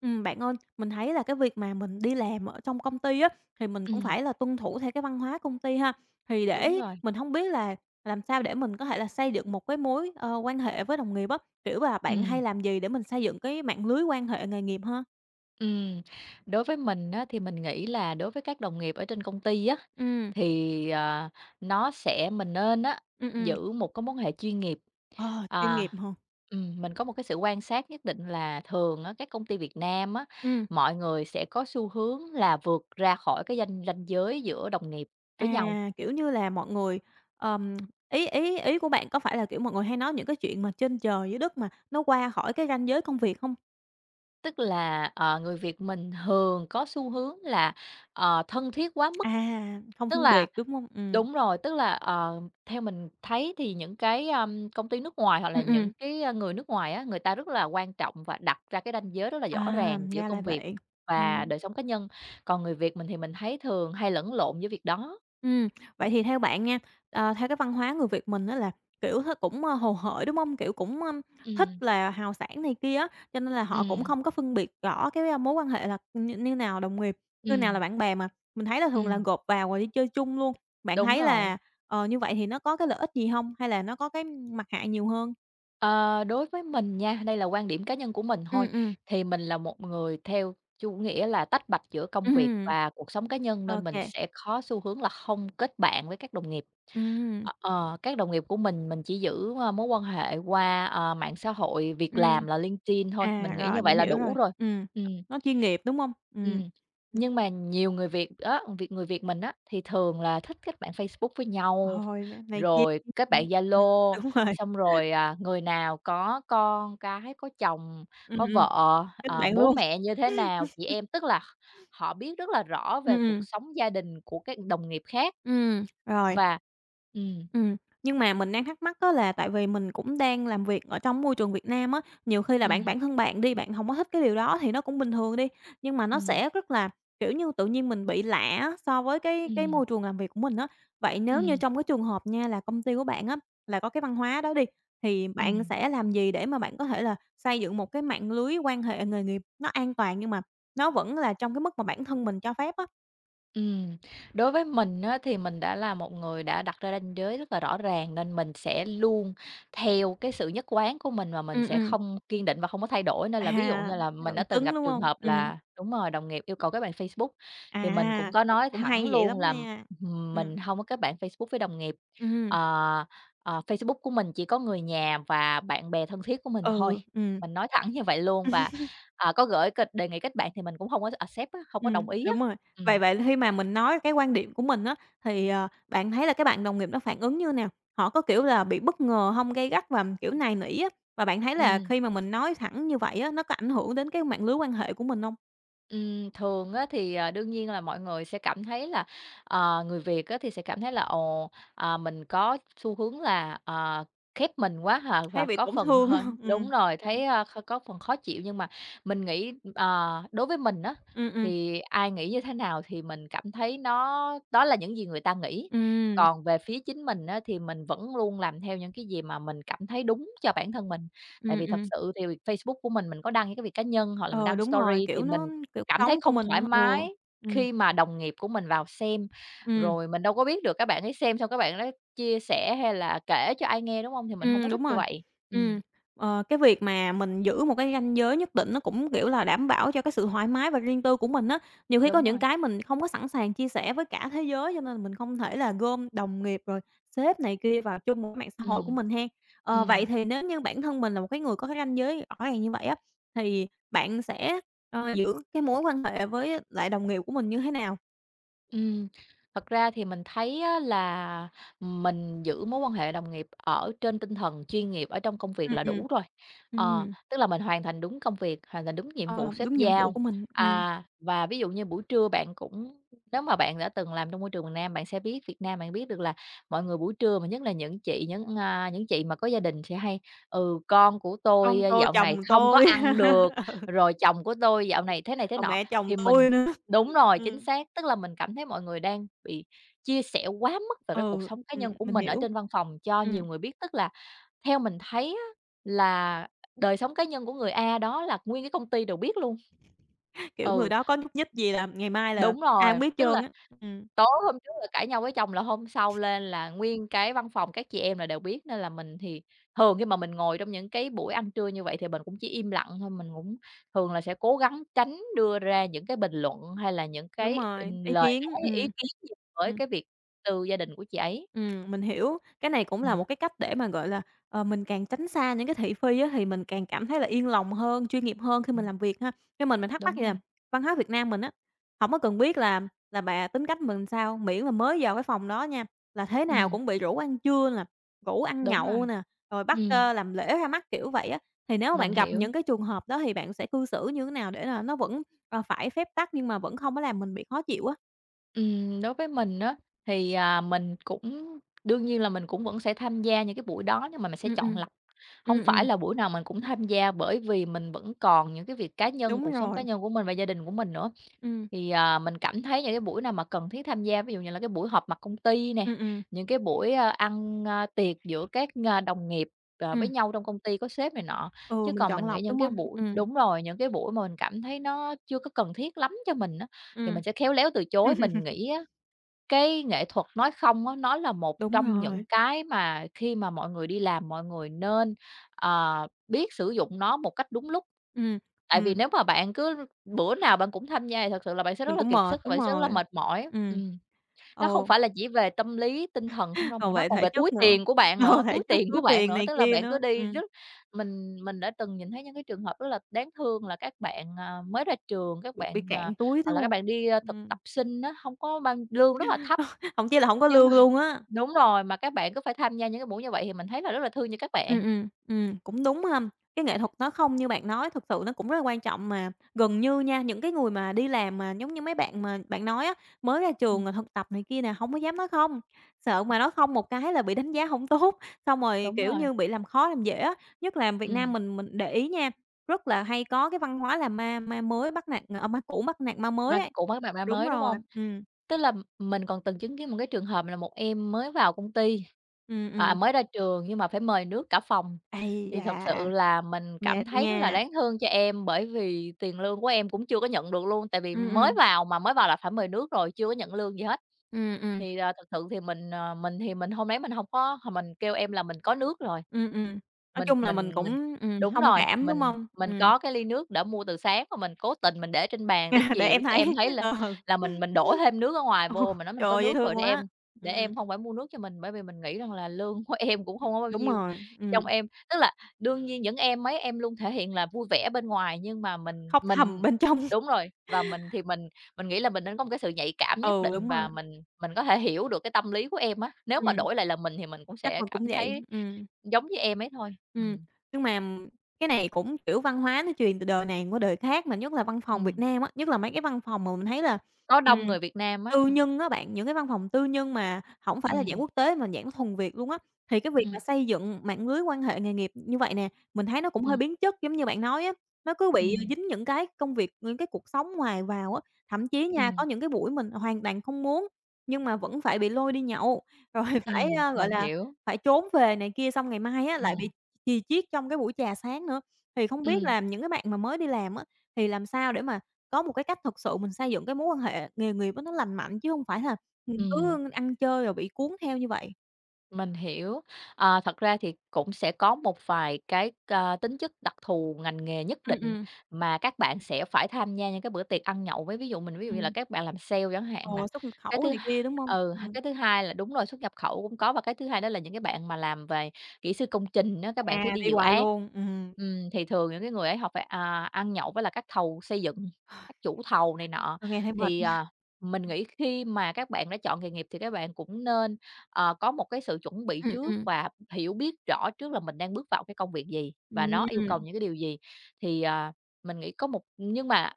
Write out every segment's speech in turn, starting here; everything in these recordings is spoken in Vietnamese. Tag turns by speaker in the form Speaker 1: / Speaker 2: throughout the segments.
Speaker 1: Bạn ơi, mình thấy là cái việc mà mình đi làm ở trong công ty á, thì mình cũng
Speaker 2: Ừ,
Speaker 1: phải là tuân thủ theo cái văn hóa công ty ha. Thì
Speaker 2: đúng
Speaker 1: để
Speaker 2: rồi.
Speaker 1: mình không biết là làm sao để mình có thể là xây dựng một cái mối, quan hệ với đồng nghiệp á? Kiểu là,
Speaker 2: ừ
Speaker 1: bạn hay làm gì để mình xây dựng cái mạng lưới quan hệ nghề nghiệp ha?
Speaker 2: ừ Đối với mình á, thì mình nghĩ là đối với các đồng nghiệp ở trên công ty á,
Speaker 1: Ừm,
Speaker 2: thì, ờ, nó sẽ mình nên á,
Speaker 1: ừm, ừm.
Speaker 2: giữ một cái mối hệ chuyên nghiệp.
Speaker 1: Ờ, chuyên
Speaker 2: À,
Speaker 1: nghiệp hả?
Speaker 2: mình có một cái sự quan sát nhất định là thường á, các công ty Việt Nam á,
Speaker 1: Ừm,
Speaker 2: mọi người sẽ có xu hướng là vượt ra khỏi cái ranh ranh giới giữa đồng nghiệp với nhau.
Speaker 1: Kiểu như là, mọi người, ờm, ý ý ý của bạn có phải là, kiểu, mọi người hay nói những cái chuyện mà trên trời dưới đất mà nó qua khỏi cái ranh giới công việc không?
Speaker 2: Tức là, người Việt mình thường có xu hướng là, thân thiết quá mức.
Speaker 1: À, không
Speaker 2: Tức
Speaker 1: phân
Speaker 2: là
Speaker 1: biệt, đúng không?
Speaker 2: đúng rồi, tức là, theo mình thấy thì những cái công ty nước ngoài hoặc là
Speaker 1: Ừm, ừm.
Speaker 2: những cái người nước ngoài á, người ta rất là quan trọng và đặt ra cái ranh giới rất là rõ
Speaker 1: À,
Speaker 2: ràng giữa
Speaker 1: ra là
Speaker 2: công việc
Speaker 1: vậy. Ừm,
Speaker 2: và đời sống cá nhân. Còn người Việt mình thì mình thấy thường hay lẫn lộn với việc đó.
Speaker 1: ừm, Vậy thì theo bạn nha, theo cái văn hóa người Việt mình đó là, kiểu, cũng, hồ hởi, đúng không? Kiểu, cũng, thích
Speaker 2: Ừm,
Speaker 1: là hào sảng này kia á, cho nên là họ cũng
Speaker 2: ừm,
Speaker 1: không có phân biệt rõ cái, mối quan hệ là như như nào đồng nghiệp, như nào là
Speaker 2: ừm,
Speaker 1: bạn bè mà mình thấy là thường là
Speaker 2: ừm,
Speaker 1: gộp vào rồi đi chơi chung luôn. Bạn
Speaker 2: đúng
Speaker 1: thấy
Speaker 2: rồi.
Speaker 1: là, như vậy thì nó có cái lợi ích gì không? Hay là nó có cái mặt hại nhiều hơn?
Speaker 2: Ờ, đối với mình nha, đây là quan điểm cá nhân của mình
Speaker 1: Ừ,
Speaker 2: thôi, thì mình là một người theo chủ nghĩa là tách bạch giữa công việc
Speaker 1: ừ,
Speaker 2: và cuộc sống cá nhân
Speaker 1: ô
Speaker 2: nên mình
Speaker 1: kê,
Speaker 2: sẽ có xu hướng là không kết bạn với các đồng nghiệp.
Speaker 1: ừm,
Speaker 2: Các đồng nghiệp của mình chỉ giữ, mối quan hệ qua, mạng xã hội, việc làm là LinkedIn thôi, mình
Speaker 1: à,
Speaker 2: nghĩ
Speaker 1: rồi,
Speaker 2: như vậy
Speaker 1: mình
Speaker 2: là
Speaker 1: hiểu
Speaker 2: đủ
Speaker 1: rồi.
Speaker 2: rồi.
Speaker 1: Ừm,
Speaker 2: Ừm.
Speaker 1: nó chuyên nghiệp, đúng không? Ừm.
Speaker 2: Ừm, nhưng mà nhiều người Việt á, người Việt mình á, thì thường là thích kết bạn Facebook với nhau,
Speaker 1: Hồi n này kia,
Speaker 2: rồi kết
Speaker 1: ừm.
Speaker 2: bạn
Speaker 1: Ừm,
Speaker 2: Zalo,
Speaker 1: đúng rồi.
Speaker 2: xong rồi, à, người nào có con cái, có chồng, có
Speaker 1: Ừm,
Speaker 2: vợ,
Speaker 1: kết
Speaker 2: à,
Speaker 1: bạn
Speaker 2: bố
Speaker 1: luôn.
Speaker 2: mẹ như thế nào, chị em, tức là họ biết rất là rõ
Speaker 1: Ừm,
Speaker 2: về cuộc
Speaker 1: ừm,
Speaker 2: sống gia đình của các đồng nghiệp khác
Speaker 1: Rồi.
Speaker 2: và ừm,
Speaker 1: Ừm, nhưng mà mình đang thắc mắc á là tại vì mình cũng đang làm việc ở trong môi trường Việt Nam á, nhiều khi là bạn
Speaker 2: ừm,
Speaker 1: bản thân bạn đi, bạn hổng có thích cái điều đó thì nó cũng bình thường đi, nhưng mà nó
Speaker 2: ừm,
Speaker 1: sẽ rất là, kiểu như, tự nhiên mình bị lạ á so với cái
Speaker 2: ừm,
Speaker 1: môi trường làm việc của mình á. Vậy nếu như
Speaker 2: ừm,
Speaker 1: trong cái trường hợp nha là công ty của bạn á, là có cái văn hóa đó đi, thì bạn
Speaker 2: ừm.
Speaker 1: sẽ làm gì để mà bạn có thể là xây dựng một cái mạng lưới quan hệ nghề nghiệp nó an toàn nhưng mà nó vẫn là trong cái mức mà bản thân mình cho phép á?
Speaker 2: Ừm, đối với mình á, thì mình đã là một người đã đặt ra ranh giới rất là rõ ràng nên mình sẽ luôn theo cái sự nhất quán của mình mà mình
Speaker 1: Ừm,
Speaker 2: sẽ
Speaker 1: ừm.
Speaker 2: không kiên định và không có thay đổi.
Speaker 1: À,
Speaker 2: Nên là ví dụ như là mình
Speaker 1: bạn
Speaker 2: đã từng
Speaker 1: cứng,
Speaker 2: gặp
Speaker 1: đúng
Speaker 2: trường
Speaker 1: hông?
Speaker 2: hợp
Speaker 1: Ừm.
Speaker 2: là đúng rồi, đồng nghiệp yêu cầu kết bạn Facebook thì mình cũng
Speaker 1: À,
Speaker 2: có
Speaker 1: cũng
Speaker 2: nói
Speaker 1: cũng hay
Speaker 2: thẳng
Speaker 1: vậy
Speaker 2: luôn
Speaker 1: lắm
Speaker 2: là
Speaker 1: nha. Ừm.
Speaker 2: mình không có kết bạn Facebook với đồng nghiệp.
Speaker 1: Ừm.
Speaker 2: Ờ, Facebook của mình chỉ có người nhà và bạn bè thân thiết của mình thôi,
Speaker 1: Ừ, ừm.
Speaker 2: mình nói thẳng như vậy luôn và, có gửi kịch đề nghị kết bạn thì mình cũng không có accept á, hông có đồng
Speaker 1: Ừm,
Speaker 2: ý á.
Speaker 1: đúng rồi. Vậy
Speaker 2: Ừm.
Speaker 1: vậy khi mà mình nói cái quan điểm của mình á, thì, bạn thấy là cái bạn đồng nghiệp đó phản ứng như nào? Họ có, kiểu là, bị bất ngờ hông, gay gắt và, kiểu, nài nỉ á? Và bạn thấy là
Speaker 2: Ừ.
Speaker 1: khi mà mình nói thẳng như vậy á, nó có ảnh hưởng đến cái mạng lưới quan hệ của mình hông?
Speaker 2: Thường á thì, đương nhiên là mọi người sẽ cảm thấy là, người Việt á thì sẽ cảm thấy là, ồ, mình có xu hướng là, khép mình quá hả
Speaker 1: Hay
Speaker 2: và
Speaker 1: bị
Speaker 2: có
Speaker 1: tổn
Speaker 2: phần
Speaker 1: thương
Speaker 2: hơi
Speaker 1: hông?
Speaker 2: đúng rồi, thấy, a, kh có phần khó chịu. Nhưng mà mình nghĩ, đối với mình á,
Speaker 1: Ừm.
Speaker 2: thì ai nghĩ như thế nào thì mình cảm thấy nó đó là những gì người ta nghĩ.
Speaker 1: Ừm,
Speaker 2: Còn về phía chính mình á, thì mình vẫn luôn làm theo những cái gì mà mình cảm thấy đúng cho bản thân mình. Tại
Speaker 1: ừm,
Speaker 2: vì thật
Speaker 1: ừm.
Speaker 2: sự thì Facebook của mình có đăng những cái việc cá nhân hoặc là mình
Speaker 1: Ờ,
Speaker 2: đăng
Speaker 1: đúng rồi,
Speaker 2: story thì
Speaker 1: kiểu,
Speaker 2: mình
Speaker 1: nó cuộc
Speaker 2: Cảm thấy
Speaker 1: sống của
Speaker 2: không
Speaker 1: mình
Speaker 2: thoải
Speaker 1: á, ừ,
Speaker 2: mái
Speaker 1: ừm,
Speaker 2: khi mà đồng nghiệp của mình vào xem,
Speaker 1: ừm.
Speaker 2: rồi mình đâu có biết được các bạn ấy xem xong các bạn ấy chia sẻ hay là kể cho ai nghe, đúng hông? Thì mình hông có thích
Speaker 1: Đúng
Speaker 2: như
Speaker 1: rồi.
Speaker 2: vậy. Ừm,
Speaker 1: Ừm, cái việc mà mình giữ một cái ranh giới nhất định nó cũng, kiểu là, đảm bảo cho cái sự thoải mái và riêng tư của mình á. Nhiều khi có
Speaker 2: đúng
Speaker 1: những
Speaker 2: rồi.
Speaker 1: cái mình không có sẵn sàng chia sẻ với cả thế giới, cho nên là mình không thể là gom đồng nghiệp rồi sếp này kia vào chung một cái mạng xã hội của
Speaker 2: Ừm,
Speaker 1: mình hen. Ờ, vậy
Speaker 2: ừm.
Speaker 1: thì nếu như bản thân mình là một cái người có cái ranh giới rõ ràng như vậy á, thì bạn sẽ, giữ cái mối quan hệ với lại đồng nghiệp của mình như thế nào?
Speaker 2: Ừm, thật ra thì mình thấy á là mình giữ mối quan hệ đồng nghiệp ở trên tinh thần chuyên nghiệp ở trong công việc
Speaker 1: Ừm,
Speaker 2: là
Speaker 1: ừm,
Speaker 2: đủ rồi. Ờ,
Speaker 1: ừm,
Speaker 2: tức là mình hoàn thành đúng công việc, hoàn thành đúng nhiệm vụ
Speaker 1: ờ,
Speaker 2: sếp
Speaker 1: đúng nhiệm vụ
Speaker 2: giao.
Speaker 1: của mình.
Speaker 2: À, và ví dụ như buổi trưa bạn cũng nếu mà bạn đã từng làm trong môi trường miền Nam, bạn sẽ biết Việt Nam, bạn biết được là mọi người buổi trưa mà nhất là những chị mà có gia đình sẽ hay: "Ừ, con của tôi
Speaker 1: Con
Speaker 2: à,
Speaker 1: tôi,
Speaker 2: dạo này
Speaker 1: chồng
Speaker 2: không có
Speaker 1: tôi.
Speaker 2: ăn được, rồi chồng của tôi dạo này thế
Speaker 1: Còn
Speaker 2: nọ."
Speaker 1: mẹ chồng
Speaker 2: Thì mình
Speaker 1: tôi nữa.
Speaker 2: Đúng rồi, chính
Speaker 1: Ừm.
Speaker 2: xác. Tức là mình cảm thấy mọi người đang bị chia sẻ quá mức về cái cuộc
Speaker 1: Ừ,
Speaker 2: sống cá nhân của
Speaker 1: mình
Speaker 2: mình ở
Speaker 1: hiểu.
Speaker 2: trên văn phòng cho
Speaker 1: Ừm,
Speaker 2: nhiều người biết. Tức là theo mình thấy á, là đời sống cá nhân của người A đó là nguyên cái công ty đều biết luôn.
Speaker 1: kiểu, người
Speaker 2: Ừ,
Speaker 1: đó có nhúc nhích gì là ngày mai là
Speaker 2: đúng
Speaker 1: ai
Speaker 2: rồi,
Speaker 1: cũng biết
Speaker 2: tức
Speaker 1: trơn
Speaker 2: là
Speaker 1: á. Ừm.
Speaker 2: tối hôm trước là cãi nhau với chồng là hôm sau lên là nguyên cái văn phòng các chị em là đều biết, nên là mình thì thường khi mà mình ngồi trong những cái buổi ăn trưa như vậy thì mình cũng chỉ im lặng thôi, mình cũng thường là sẽ cố gắng tránh đưa ra những cái bình luận hay là những
Speaker 1: Đúng
Speaker 2: cái,
Speaker 1: rồi.
Speaker 2: ừm,
Speaker 1: Ý
Speaker 2: lời
Speaker 1: kiến,
Speaker 2: nói, ý
Speaker 1: ừm.
Speaker 2: kiến gì với
Speaker 1: Ừm.
Speaker 2: cái việc từ gia đình của chị ấy.
Speaker 1: Mình hiểu. Cái này cũng là
Speaker 2: Ừm,
Speaker 1: một cái cách để mà, gọi là, mình càng tránh xa những cái thị phi á, thì mình càng cảm thấy là yên lòng hơn, chuyên nghiệp hơn khi mình
Speaker 2: ừm,
Speaker 1: làm việc ha. Nhưng mình thắc mắc
Speaker 2: đúng
Speaker 1: vậy
Speaker 2: rồi,
Speaker 1: nè, văn hóa Việt Nam mình á, hổng có cần biết là bà tính cách mình sao, miễn là mới vào cái phòng đó nha, là thế nào
Speaker 2: ừm,
Speaker 1: cũng bị rủ ăn trưa nè, rủ ăn
Speaker 2: đúng
Speaker 1: nhậu
Speaker 2: rồi,
Speaker 1: nè, rồi bắt,
Speaker 2: ừm,
Speaker 1: làm lễ ra mắt, kiểu vậy á. Thì nếu mà
Speaker 2: mình
Speaker 1: bạn gặp
Speaker 2: hiểu.
Speaker 1: những cái trường hợp đó thì bạn sẽ cư xử như thế nào để là nó vẫn, phải phép tắc nhưng mà vẫn không có làm mình bị khó chịu á?
Speaker 2: Đối với mình á, thì, mình cũng đương nhiên là mình cũng vẫn sẽ tham gia những cái buổi đó nhưng mà mình sẽ
Speaker 1: Ừm,
Speaker 2: chọn
Speaker 1: ừm.
Speaker 2: lọc. Không
Speaker 1: Ừm,
Speaker 2: phải
Speaker 1: ừm.
Speaker 2: là buổi nào mình cũng tham gia bởi vì mình vẫn còn những cái việc cá nhân,
Speaker 1: Đúng
Speaker 2: cuộc sống cá
Speaker 1: rồi.
Speaker 2: nhân của mình và gia đình của mình nữa.
Speaker 1: Ừm.
Speaker 2: Thì, mình cảm thấy những cái buổi nào mà cần thiết tham gia, ví dụ như là cái buổi họp mặt công ty nè,
Speaker 1: Ừm, ừm.
Speaker 2: những cái buổi ăn, tiệc giữa các đồng nghiệp, với
Speaker 1: Ừm.
Speaker 2: nhau trong công ty, có sếp này nọ.
Speaker 1: Ừ,
Speaker 2: Chứ
Speaker 1: mình
Speaker 2: còn
Speaker 1: chọn
Speaker 2: mình nghĩ
Speaker 1: lọc,
Speaker 2: những
Speaker 1: đúng
Speaker 2: cái
Speaker 1: hông?
Speaker 2: buổi đúng rồi, những cái buổi mà mình cảm thấy nó chưa có cần thiết lắm cho mình á, thì
Speaker 1: Ừm.
Speaker 2: mình sẽ khéo léo từ chối. Mình nghĩ cái nghệ thuật nói không á, nó là một
Speaker 1: Đúng
Speaker 2: trong
Speaker 1: rồi,
Speaker 2: những cái mà khi mà mọi người đi làm mọi người nên, ờ, biết sử dụng nó một cách đúng lúc.
Speaker 1: ừm.
Speaker 2: Tại vì
Speaker 1: Ừm,
Speaker 2: nếu mà bạn cứ bữa nào bạn cũng tham gia thì thật sự là bạn sẽ
Speaker 1: mình
Speaker 2: rất là
Speaker 1: cũng
Speaker 2: kiệt
Speaker 1: mệt,
Speaker 2: sức,
Speaker 1: đúng
Speaker 2: bạn sẽ rất
Speaker 1: rồi.
Speaker 2: là mệt mỏi.
Speaker 1: Ừm,
Speaker 2: Nó không
Speaker 1: ừ,
Speaker 2: phải là chỉ về tâm lý, tinh thần không đâu,
Speaker 1: còn
Speaker 2: mà nó
Speaker 1: về
Speaker 2: còn
Speaker 1: thể
Speaker 2: về túi
Speaker 1: chất nữa,
Speaker 2: tiền của bạn
Speaker 1: ừ,
Speaker 2: nữa,
Speaker 1: thể
Speaker 2: túi
Speaker 1: chất,
Speaker 2: tiền
Speaker 1: túi
Speaker 2: của bạn
Speaker 1: tiền
Speaker 2: nữa.
Speaker 1: này
Speaker 2: Tức là
Speaker 1: kia
Speaker 2: bạn cứ
Speaker 1: nữa,
Speaker 2: đi rất mình đã từng nhìn thấy những cái trường hợp rất là đáng thương là các bạn, mới ra trường, các
Speaker 1: bị
Speaker 2: bạn,
Speaker 1: cạn túi,
Speaker 2: hoặc
Speaker 1: đúng
Speaker 2: là các
Speaker 1: hông?
Speaker 2: bạn đi, thực
Speaker 1: Ừm,
Speaker 2: tập sinh á, không có bao lương rất là thấp.
Speaker 1: hổng chỉ là hổng có
Speaker 2: Nhưng mà
Speaker 1: lương luôn á.
Speaker 2: đúng rồi, mà các bạn cứ phải tham gia những cái buổi như vậy thì mình thấy là rất là thương cho các bạn.
Speaker 1: Cũng đúng ha. Cái nghệ thuật nó không như bạn nói, thực sự nó cũng rất là quan trọng mà gần như nha, những cái người mà đi làm mà giống như mấy bạn mà bạn nói á, mới ra trường
Speaker 2: Ừm,
Speaker 1: rồi thực tập này kia nè, không có dám nói "không", sợ
Speaker 2: ừm,
Speaker 1: mà nói "không" một cái là bị đánh giá không tốt, xong rồi,
Speaker 2: đúng
Speaker 1: kiểu
Speaker 2: rồi,
Speaker 1: như, bị làm khó làm dễ á. Nhất là Việt Nam
Speaker 2: ừm,
Speaker 1: mình để ý nha, rất là hay có cái văn hóa là ma ma mới bắt nạt à, ma cũ bắt nạt ma mới
Speaker 2: mà
Speaker 1: ấy.
Speaker 2: cũng mới bạn bạn
Speaker 1: Đúng
Speaker 2: mới, đúng
Speaker 1: rồi,
Speaker 2: hông?
Speaker 1: ừ
Speaker 2: Tức là mình còn từng chứng kiến một cái trường hợp là một em mới vào công ty,
Speaker 1: ừ.
Speaker 2: mới ra trường nhưng mà phải mời nước cả phòng,
Speaker 1: Ây
Speaker 2: thì thật
Speaker 1: da,
Speaker 2: sự là mình cảm
Speaker 1: mệt
Speaker 2: thấy rất là
Speaker 1: nha.
Speaker 2: đáng thương cho em, bởi vì tiền lương của em cũng chưa có nhận được luôn, tại vì
Speaker 1: Ừ
Speaker 2: mới
Speaker 1: ừ
Speaker 2: vào mà, mới vào là phải mời nước rồi, chưa có nhận lương gì hết.
Speaker 1: ừm, ừm.
Speaker 2: Thì, thực sự thì mình, mình thì mình hôm đấy mình hông có h mình kêu em là mình có nước rồi.
Speaker 1: Ừm, ừm, nói chung là mình
Speaker 2: Mình
Speaker 1: cũng,
Speaker 2: đúng
Speaker 1: thông
Speaker 2: rồi,
Speaker 1: cảm, đúng
Speaker 2: mình
Speaker 1: hông?
Speaker 2: mình có cái ly nước đã mua từ sáng mà mình cố tình mình để trên bàn tới
Speaker 1: Để
Speaker 2: chiều
Speaker 1: em
Speaker 2: để cho em
Speaker 1: thấy
Speaker 2: thấy là
Speaker 1: ừ,
Speaker 2: là mình mình đổ thêm nước ở ngoài
Speaker 1: ừ,
Speaker 2: vô, mình nói mình
Speaker 1: trời
Speaker 2: có
Speaker 1: ơi, dễ
Speaker 2: nước rồi
Speaker 1: thương quá.
Speaker 2: để
Speaker 1: Ừm,
Speaker 2: em không phải mua nước cho mình, bởi vì mình nghĩ rằng là lương của em cũng không có bao
Speaker 1: đúng
Speaker 2: nhiêu.
Speaker 1: rồi,
Speaker 2: Trong em tức là đương nhiên những em mấy em luôn thể hiện là vui vẻ bên ngoài, nhưng mà mình
Speaker 1: khóc
Speaker 2: mình
Speaker 1: thầm bên trong,
Speaker 2: đúng rồi, và mình thì mình nghĩ là mình nên có một cái sự nhạy cảm nhất
Speaker 1: ừ,
Speaker 2: định
Speaker 1: đúng rồi,
Speaker 2: và mình có thể hiểu được cái tâm lý của em á. Nếu mà
Speaker 1: ừm,
Speaker 2: đổi lại là mình thì mình cũng
Speaker 1: chắc
Speaker 2: sẽ
Speaker 1: mình cũng
Speaker 2: cảm
Speaker 1: vậy,
Speaker 2: thấy giống như em ấy thôi.
Speaker 1: ừm. Nhưng mà cái này cũng, kiểu, văn hóa nó truyền từ đời này qua đời khác, mà nhất là văn phòng Việt
Speaker 2: Ừm,
Speaker 1: Nam á, nhất là mấy cái văn phòng mà mình thấy là
Speaker 2: có
Speaker 1: ừm.
Speaker 2: đông người Việt Nam á.
Speaker 1: Tư nhân á bạn, những cái văn phòng tư nhân mà hổng phải là dạng
Speaker 2: Ừm,
Speaker 1: quốc tế mà dạng thuần Việt luôn á, thì cái việc
Speaker 2: ừm,
Speaker 1: mà xây dựng mạng lưới quan hệ nghề nghiệp như vậy nè, mình thấy nó cũng hơi
Speaker 2: ừm,
Speaker 1: biến chất giống như bạn nói á, nó cứ bị
Speaker 2: ừm,
Speaker 1: dính những cái công việc, những cái cuộc sống ngoài vào á. Thậm chí nha,
Speaker 2: ừm,
Speaker 1: có những cái buổi mình hoàn toàn không muốn, nhưng mà vẫn phải bị lôi đi nhậu, rồi phải, gọi
Speaker 2: mình
Speaker 1: là,
Speaker 2: hiểu.
Speaker 1: phải trốn về này kia, xong ngày mai á lại bị
Speaker 2: Ừm,
Speaker 1: chì chiết trong cái buổi trà sáng nữa. Thì không biết
Speaker 2: ừm,
Speaker 1: là những cái bạn mà mới đi làm á, thì làm sao để mà có một cái cách thật sự mình xây dựng cái mối quan hệ nghề nghiệp á nó lành mạnh, chứ hông phải là mình
Speaker 2: ừm.
Speaker 1: cứ ăn chơi rồi bị cuốn theo như vậy.
Speaker 2: Mình hiểu. À, thật ra thì cũng sẽ có một vài cái, tính chất đặc thù ngành nghề nhất
Speaker 1: Ừm,
Speaker 2: định
Speaker 1: ừm,
Speaker 2: mà các bạn sẽ phải tham gia những cái bữa tiệc ăn nhậu với. Ví dụ ví dụ như là
Speaker 1: ừm.
Speaker 2: các bạn làm sale chẳng
Speaker 1: Ờ,
Speaker 2: hạn nè.
Speaker 1: xuất nhập
Speaker 2: Cái
Speaker 1: khẩu
Speaker 2: thứ
Speaker 1: này kia, đúng hông?
Speaker 2: ừ,
Speaker 1: Ừm.
Speaker 2: cái thứ hai là đúng rồi, xuất nhập khẩu cũng có, và cái thứ hai đó là những cái bạn mà làm về kỹ sư công trình đó các bạn phải
Speaker 1: À,
Speaker 2: đi
Speaker 1: đi
Speaker 2: dự
Speaker 1: hoài
Speaker 2: án.
Speaker 1: luôn,
Speaker 2: Thì thường những cái người ấy họ phải, ăn nhậu với là các thầu xây dựng, các chủ thầu này nọ.
Speaker 1: thôi nghe thấy mệt.
Speaker 2: Thì, mình nghĩ khi mà các bạn đã chọn nghề nghiệp thì các bạn cũng nên có một cái sự chuẩn bị
Speaker 1: Ừm,
Speaker 2: trước
Speaker 1: ừm.
Speaker 2: và hiểu biết rõ trước là mình đang bước vào cái công việc gì và nó yêu cầu
Speaker 1: Ừm,
Speaker 2: những cái điều gì. Thì, mình nghĩ có một nhưng mà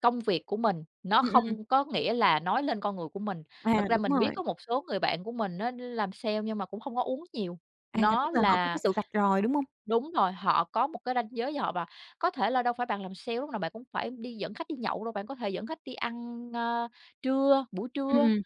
Speaker 2: công việc của mình nó
Speaker 1: ừm, ừm,
Speaker 2: không có nghĩa là nói lên con người của mình. Thật
Speaker 1: à,
Speaker 2: ra
Speaker 1: đúng
Speaker 2: mình biết
Speaker 1: rồi,
Speaker 2: có một số người bạn của mình nó làm sale nhưng mà cũng không có uống nhiều,
Speaker 1: à, tức
Speaker 2: nó
Speaker 1: là họ có cái
Speaker 2: là
Speaker 1: sự rạch ròi, đúng hông?
Speaker 2: đúng rồi, họ có một cái ranh giới với họ, và có thể là đâu phải bạn làm sale lúc nào bạn cũng phải đi dẫn khách đi nhậu đâu, bạn có thể dẫn khách đi ăn, buổi
Speaker 1: Ừm,
Speaker 2: trưa,
Speaker 1: ừm,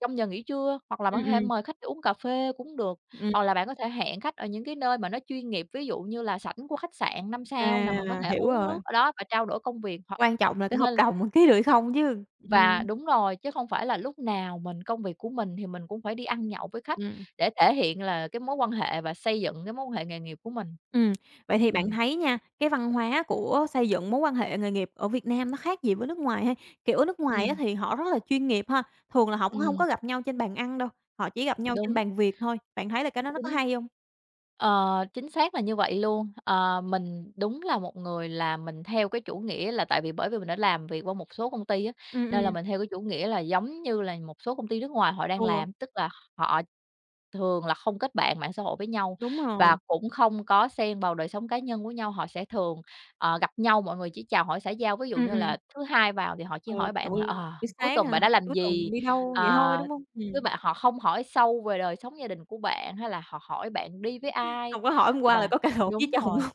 Speaker 2: trong giờ nghỉ trưa, hoặc là bạn
Speaker 1: ừm,
Speaker 2: có thể
Speaker 1: ừm.
Speaker 2: mời khách đi uống cà phê cũng được,
Speaker 1: Ừm,
Speaker 2: hoặc là bạn có thể hẹn khách ở những cái nơi mà nó chuyên nghiệp, ví dụ như là sảnh của khách sạn 5 sao nè, mình có
Speaker 1: à,
Speaker 2: thể
Speaker 1: hiểu
Speaker 2: uống
Speaker 1: rồi,
Speaker 2: nước ở đó và trao đổi công việc. Hoặc
Speaker 1: quan trọng là cái hợp
Speaker 2: nên
Speaker 1: đồng mình ký được hay không chứ.
Speaker 2: và đúng rồi, chứ không phải là lúc nào mình công việc của mình thì mình cũng phải đi ăn nhậu với khách
Speaker 1: Ừm.
Speaker 2: để thể hiện là cái mối quan hệ và xây dựng cái mối quan hệ nghề nghiệp của mình.
Speaker 1: Ừm, vậy thì bạn
Speaker 2: Ừm.
Speaker 1: thấy nha, cái văn hóa của xây dựng mối quan hệ nghề nghiệp ở Việt Nam nó khác gì với nước ngoài ha? Kiểu, ở nước
Speaker 2: Ừ,
Speaker 1: ngoài á thì họ rất là chuyên nghiệp ha, thường là họ cũng hông
Speaker 2: ừm,
Speaker 1: có gặp nhau trên bàn ăn đâu, họ chỉ gặp nhau trên
Speaker 2: đúng.
Speaker 1: bàn việc thôi. Bạn thấy là cái đó nó có
Speaker 2: chính
Speaker 1: hay hông?
Speaker 2: Chính xác là như vậy luôn. Ờ, mình đúng là một người là mình theo cái chủ nghĩa là tại vì bởi vì mình đã làm việc qua một số công ty á,
Speaker 1: Ừm,
Speaker 2: nên là
Speaker 1: ừm,
Speaker 2: mình theo cái chủ nghĩa là giống như là một số công ty nước ngoài họ đang
Speaker 1: ừ,
Speaker 2: làm, tức là họ thường là không kết bạn mạng xã hội với nhau
Speaker 1: đúng rồi,
Speaker 2: và cũng không có xen vào đời sống cá nhân của nhau. Họ sẽ thường, gặp nhau mọi người chỉ chào hỏi xã giao, ví dụ
Speaker 1: ừm,
Speaker 2: như
Speaker 1: ừm,
Speaker 2: là thứ Hai vào thì họ chỉ
Speaker 1: ừ,
Speaker 2: hỏi
Speaker 1: kiểu,
Speaker 2: bạn là "Ờ,
Speaker 1: buổi
Speaker 2: cuối
Speaker 1: sáng
Speaker 2: tuần
Speaker 1: à,
Speaker 2: bạn đã làm
Speaker 1: cuối tuần
Speaker 2: gì?"
Speaker 1: đi đâu vậy thôi,
Speaker 2: Ờ.
Speaker 1: đúng hông?
Speaker 2: Với bạn họ không hỏi sâu về đời sống gia đình của bạn hay là họ hỏi bạn đi với ai,
Speaker 1: Hông có hỏi hôm qua
Speaker 2: và
Speaker 1: là có cãi lộn
Speaker 2: đúng
Speaker 1: với chồng
Speaker 2: rồi,
Speaker 1: hông?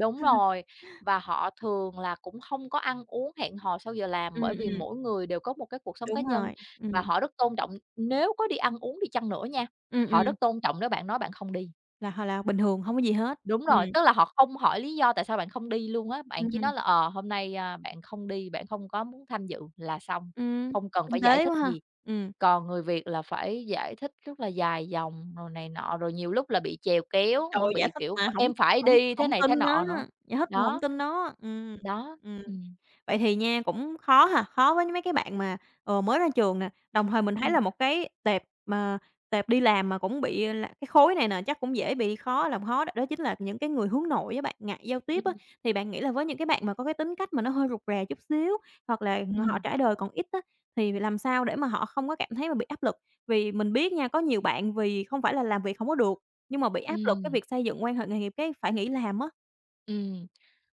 Speaker 2: đúng rồi, và họ thường là cũng không có ăn uống hẹn hò sau giờ làm
Speaker 1: Ừm,
Speaker 2: bởi vì
Speaker 1: ừm,
Speaker 2: mỗi người đều có một cái cuộc sống cá
Speaker 1: đúng
Speaker 2: nhân,
Speaker 1: rồi,
Speaker 2: và họ rất tôn trọng nếu có đi ăn uống đi chăng nữa nha,
Speaker 1: ừm,
Speaker 2: họ
Speaker 1: ừm,
Speaker 2: rất tôn trọng nếu bạn nói bạn không đi.
Speaker 1: là h là bình thường, hông có gì hết.
Speaker 2: Đúng
Speaker 1: Ừm,
Speaker 2: rồi, tức là họ không hỏi lý do tại sao bạn không đi luôn á, bạn chỉ
Speaker 1: ừm,
Speaker 2: nói là, "Hôm nay, bạn không đi, bạn không có muốn tham dự" là xong,
Speaker 1: ừm,
Speaker 2: không cần
Speaker 1: tinh
Speaker 2: phải giải
Speaker 1: tế
Speaker 2: thích
Speaker 1: quá ha,
Speaker 2: gì.
Speaker 1: ừm.
Speaker 2: Còn người Việt là phải giải thích rất là dài dòng rồi này nọ, rồi nhiều lúc là bị chèo kéo
Speaker 1: Trời
Speaker 2: nữa,
Speaker 1: ơi, giải
Speaker 2: bị,
Speaker 1: thích
Speaker 2: kiểu,
Speaker 1: mà
Speaker 2: "Ph
Speaker 1: hổng
Speaker 2: em phải
Speaker 1: hổng
Speaker 2: đi" thế
Speaker 1: hổng
Speaker 2: này
Speaker 1: tin
Speaker 2: thế nọ nữa.
Speaker 1: á, giải thích mà hổng
Speaker 2: Đó,
Speaker 1: tin nó,
Speaker 2: đó,
Speaker 1: ừm.
Speaker 2: ừm,
Speaker 1: Vậy thì nha, cũng khó ha, khó với mấy cái bạn mà, mới ra trường nè. Đồng thời mình thấy
Speaker 2: ừm,
Speaker 1: là một cái tệp mà tệp đi làm mà cũng bị, là cái khối này nè chắc cũng dễ bị khó làm khó đó, đó chính là những cái người hướng nội với bạn, ngại giao tiếp á.
Speaker 2: ừm,
Speaker 1: Thì bạn nghĩ là với những cái bạn mà có cái tính cách mà nó hơi rụt rè chút xíu, hoặc là họ
Speaker 2: ừm,
Speaker 1: trải đời còn ít á, thì làm sao để mà họ không có cảm thấy mà bị áp lực? Vì mình biết nha, có nhiều bạn vì không phải là làm việc không có được, nhưng mà bị áp lực cái
Speaker 2: ừm,
Speaker 1: việc xây dựng quan hệ nghề nghiệp cái phải nghỉ làm á.
Speaker 2: ừm.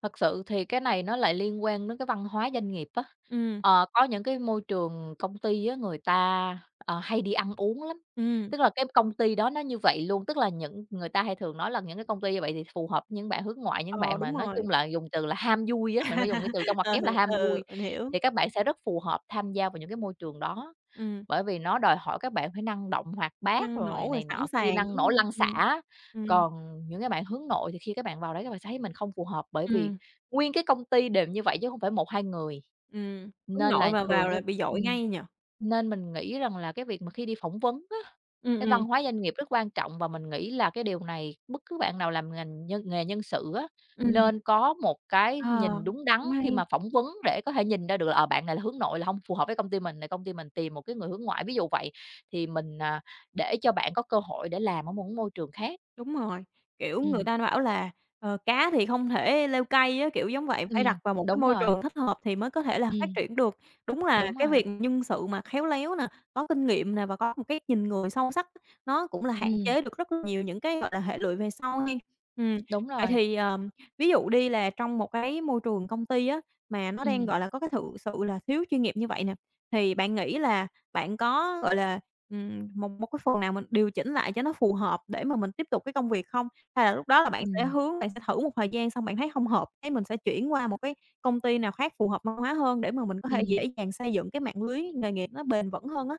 Speaker 2: Thật sự thì cái này nó lại liên quan đến cái văn hóa doanh nghiệp á.
Speaker 1: Ừm,
Speaker 2: Ờ, có những cái môi trường công ty á, người ta, hay đi ăn uống lắm,
Speaker 1: ừm,
Speaker 2: tức là cái công ty đó nó như vậy luôn. Tức là những người ta hay thường nói là những cái công ty như vậy thì phù hợp với những bạn hướng ngoại, những
Speaker 1: ờ,
Speaker 2: bạn mà
Speaker 1: đúng
Speaker 2: nói
Speaker 1: rồi.
Speaker 2: chung là dùng từ là ham vui á, mình phải dùng cái từ trong ngoặc
Speaker 1: Ừ,
Speaker 2: kép là ham
Speaker 1: ừ,
Speaker 2: vui,
Speaker 1: mình hiểu.
Speaker 2: thì các bạn sẽ rất phù hợp tham gia vào những cái môi trường đó.
Speaker 1: Ừm,
Speaker 2: Bởi vì nó đòi hỏi các bạn phải năng động, hoạt bát
Speaker 1: năng nổ
Speaker 2: rồi
Speaker 1: rồi
Speaker 2: này
Speaker 1: sẵn
Speaker 2: nọ kia,
Speaker 1: sàng,
Speaker 2: năng
Speaker 1: đúng
Speaker 2: nổ
Speaker 1: không?
Speaker 2: lăn
Speaker 1: Ừm.
Speaker 2: xả.
Speaker 1: Ừm,
Speaker 2: Còn những cái bạn hướng nội thì khi các bạn vào đấy các bạn sẽ thấy mình không phù hợp, bởi vì
Speaker 1: ừm,
Speaker 2: nguyên cái công ty đều như vậy chứ không phải một 2 người.
Speaker 1: Hướng
Speaker 2: Nên
Speaker 1: nội
Speaker 2: là
Speaker 1: mà vào
Speaker 2: thường như
Speaker 1: là bị dội
Speaker 2: ừm,
Speaker 1: ngay nhỉ?
Speaker 2: nên mình nghĩ rằng là cái việc mà khi đi phỏng vấn á,
Speaker 1: Ừm,
Speaker 2: cái
Speaker 1: ừm,
Speaker 2: văn hóa doanh nghiệp rất quan trọng, và mình nghĩ là cái điều này bất cứ bạn nào làm ngành nhân nghề nhân sự á
Speaker 1: ừm,
Speaker 2: nên có một cái
Speaker 1: ờ,
Speaker 2: nhìn đúng đắn
Speaker 1: cũng
Speaker 2: khi
Speaker 1: hay.
Speaker 2: mà phỏng vấn để có thể nhìn ra được là, bạn này là hướng nội là không phù hợp với công ty mình, là công ty mình tìm một cái người hướng ngoại, ví dụ vậy, thì mình, để cho bạn có cơ hội để làm ở một môi trường khác.
Speaker 1: Đúng rồi, kiểu, người
Speaker 2: Ừm,
Speaker 1: ta bảo là, ờ, cá thì không thể leo cây á, kiểu giống vậy, phải đặt vào một cái
Speaker 2: đúng
Speaker 1: môi
Speaker 2: rồi,
Speaker 1: trường thích hợp thì mới có thể là phát
Speaker 2: ừm,
Speaker 1: triển được. Đúng là
Speaker 2: đúng
Speaker 1: cái
Speaker 2: rồi,
Speaker 1: việc nhân sự mà khéo léo nè, có kinh nghiệm nè và có một cái nhìn người sâu sắc nó cũng là hạn
Speaker 2: ừm,
Speaker 1: chế được rất là nhiều những cái, gọi là, hệ lụy về sau hen. Ừm,
Speaker 2: đúng
Speaker 1: vậy
Speaker 2: rồi,
Speaker 1: thì, ví dụ đi là trong một cái môi trường công ty á, mà nó đang,
Speaker 2: ừm,
Speaker 1: gọi là, có cái thự sự là thiếu chuyên nghiệp như vậy nè, thì bạn nghĩ là bạn có, gọi là, một một cái phần nào mình điều chỉnh lại cho nó phù hợp để mà mình tiếp tục cái công việc không? Hay là lúc đó là bạn sẽ
Speaker 2: ừm,
Speaker 1: hướng bạn sẽ thử một thời gian xong bạn thấy hông hợp, cái mình sẽ chuyển qua một cái công ty nào khác phù hợp văn hóa hơn để mà mình có thể dễ
Speaker 2: ừm.
Speaker 1: dàng xây dựng cái mạng lưới nghề nghiệp nó bền vững hơn á.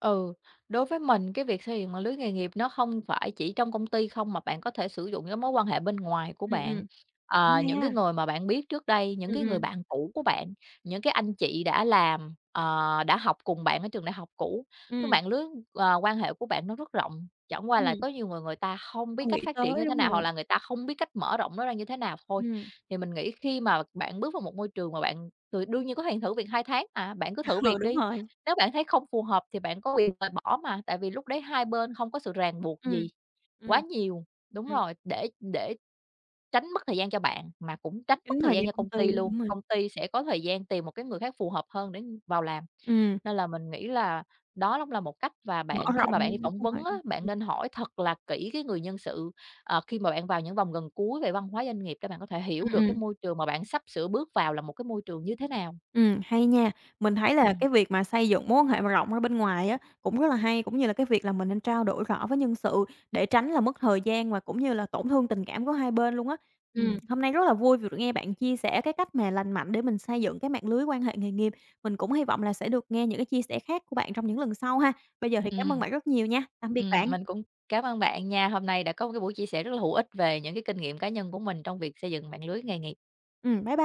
Speaker 2: Ừ, đối với mình cái việc xây dựng mạng lưới nghề nghiệp nó không phải chỉ trong công ty không mà bạn có thể sử dụng cái mối quan hệ bên ngoài của
Speaker 1: Ừm,
Speaker 2: bạn.
Speaker 1: ừm, cũng
Speaker 2: Ờ,
Speaker 1: hay
Speaker 2: những cái
Speaker 1: ha.
Speaker 2: người mà bạn biết trước đây, những
Speaker 1: Ừm,
Speaker 2: cái người
Speaker 1: ừm,
Speaker 2: bạn cũ của bạn, những cái anh chị đã làm, đã học cùng bạn ở trường đại học cũ. Cái
Speaker 1: ừm,
Speaker 2: mạng lưới, quan hệ của bạn nó rất rộng, chẳng qua là
Speaker 1: ừm,
Speaker 2: có nhiều người người ta không biết
Speaker 1: hông nghĩ
Speaker 2: cách phát triển
Speaker 1: tới,
Speaker 2: như thế
Speaker 1: đúng
Speaker 2: nào hoặc
Speaker 1: rồi.
Speaker 2: là người ta không biết cách mở rộng nó ra như thế nào thôi.
Speaker 1: Ừm,
Speaker 2: Thì mình nghĩ khi mà bạn bước vào một môi trường mà bạn, đương nhiên có thể thử việc 2 tháng à, bạn cứ thử
Speaker 1: ừ,
Speaker 2: việc
Speaker 1: đúng
Speaker 2: đi.
Speaker 1: rồi.
Speaker 2: Nếu bạn thấy không phù hợp thì bạn có quyền loại bỏ mà, tại vì lúc đấy hai bên không có sự ràng buộc
Speaker 1: Ừm,
Speaker 2: gì
Speaker 1: ừm.
Speaker 2: quá nhiều. Đúng
Speaker 1: Ừm,
Speaker 2: rồi, để tránh mất thời gian cho bạn, mà cũng tránh mất
Speaker 1: chính
Speaker 2: thời
Speaker 1: thời
Speaker 2: gian
Speaker 1: gian
Speaker 2: cho
Speaker 1: công
Speaker 2: công
Speaker 1: ty,
Speaker 2: ty luôn.
Speaker 1: đúng rồi.
Speaker 2: Công ty sẽ có thời gian tìm một cái người khác phù hợp hơn để vào làm.
Speaker 1: Ừm,
Speaker 2: Nên là mình nghĩ là đó cũng là một cách, và
Speaker 1: mở
Speaker 2: bạn khi
Speaker 1: rộng,
Speaker 2: mà bạn đi phỏng
Speaker 1: đúng
Speaker 2: vấn
Speaker 1: rồi.
Speaker 2: á, bạn nên hỏi thật là kỹ cái người nhân sự, khi mà bạn vào những vòng gần cuối về văn hóa doanh nghiệp để bạn có thể
Speaker 1: Ừm,
Speaker 2: hiểu được cái
Speaker 1: ừm.
Speaker 2: môi trường mà bạn sắp sửa bước vào là một cái môi trường như thế nào.
Speaker 1: Hay nha. Mình thấy là
Speaker 2: Ừm,
Speaker 1: cái việc mà xây dựng mối quan hệ mà rộng ra bên ngoài á, cũng rất là hay, cũng như là cái việc là mình nên trao đổi rõ với nhân sự để tránh là mất thời gian và cũng như là tổn thương tình cảm của hai bên luôn á.
Speaker 2: ừm,
Speaker 1: Hôm nay rất là vui vì được nghe bạn chia sẻ cái cách mà lành mạnh để mình xây dựng cái mạng lưới quan hệ nghề nghiệp. Mình cũng hy vọng là sẽ được nghe những cái chia sẻ khác của bạn trong những lần sau ha. Bây giờ thì cảm ơn
Speaker 2: ừm.
Speaker 1: bạn rất nhiều nha. Tạm biệt bạn.
Speaker 2: Mình cũng cám ơn bạn nha. Hôm nay đã có một cái buổi chia sẻ rất là hữu ích về những cái kinh nghiệm cá nhân của mình trong việc xây dựng mạng lưới nghề nghiệp.
Speaker 1: Bye bye.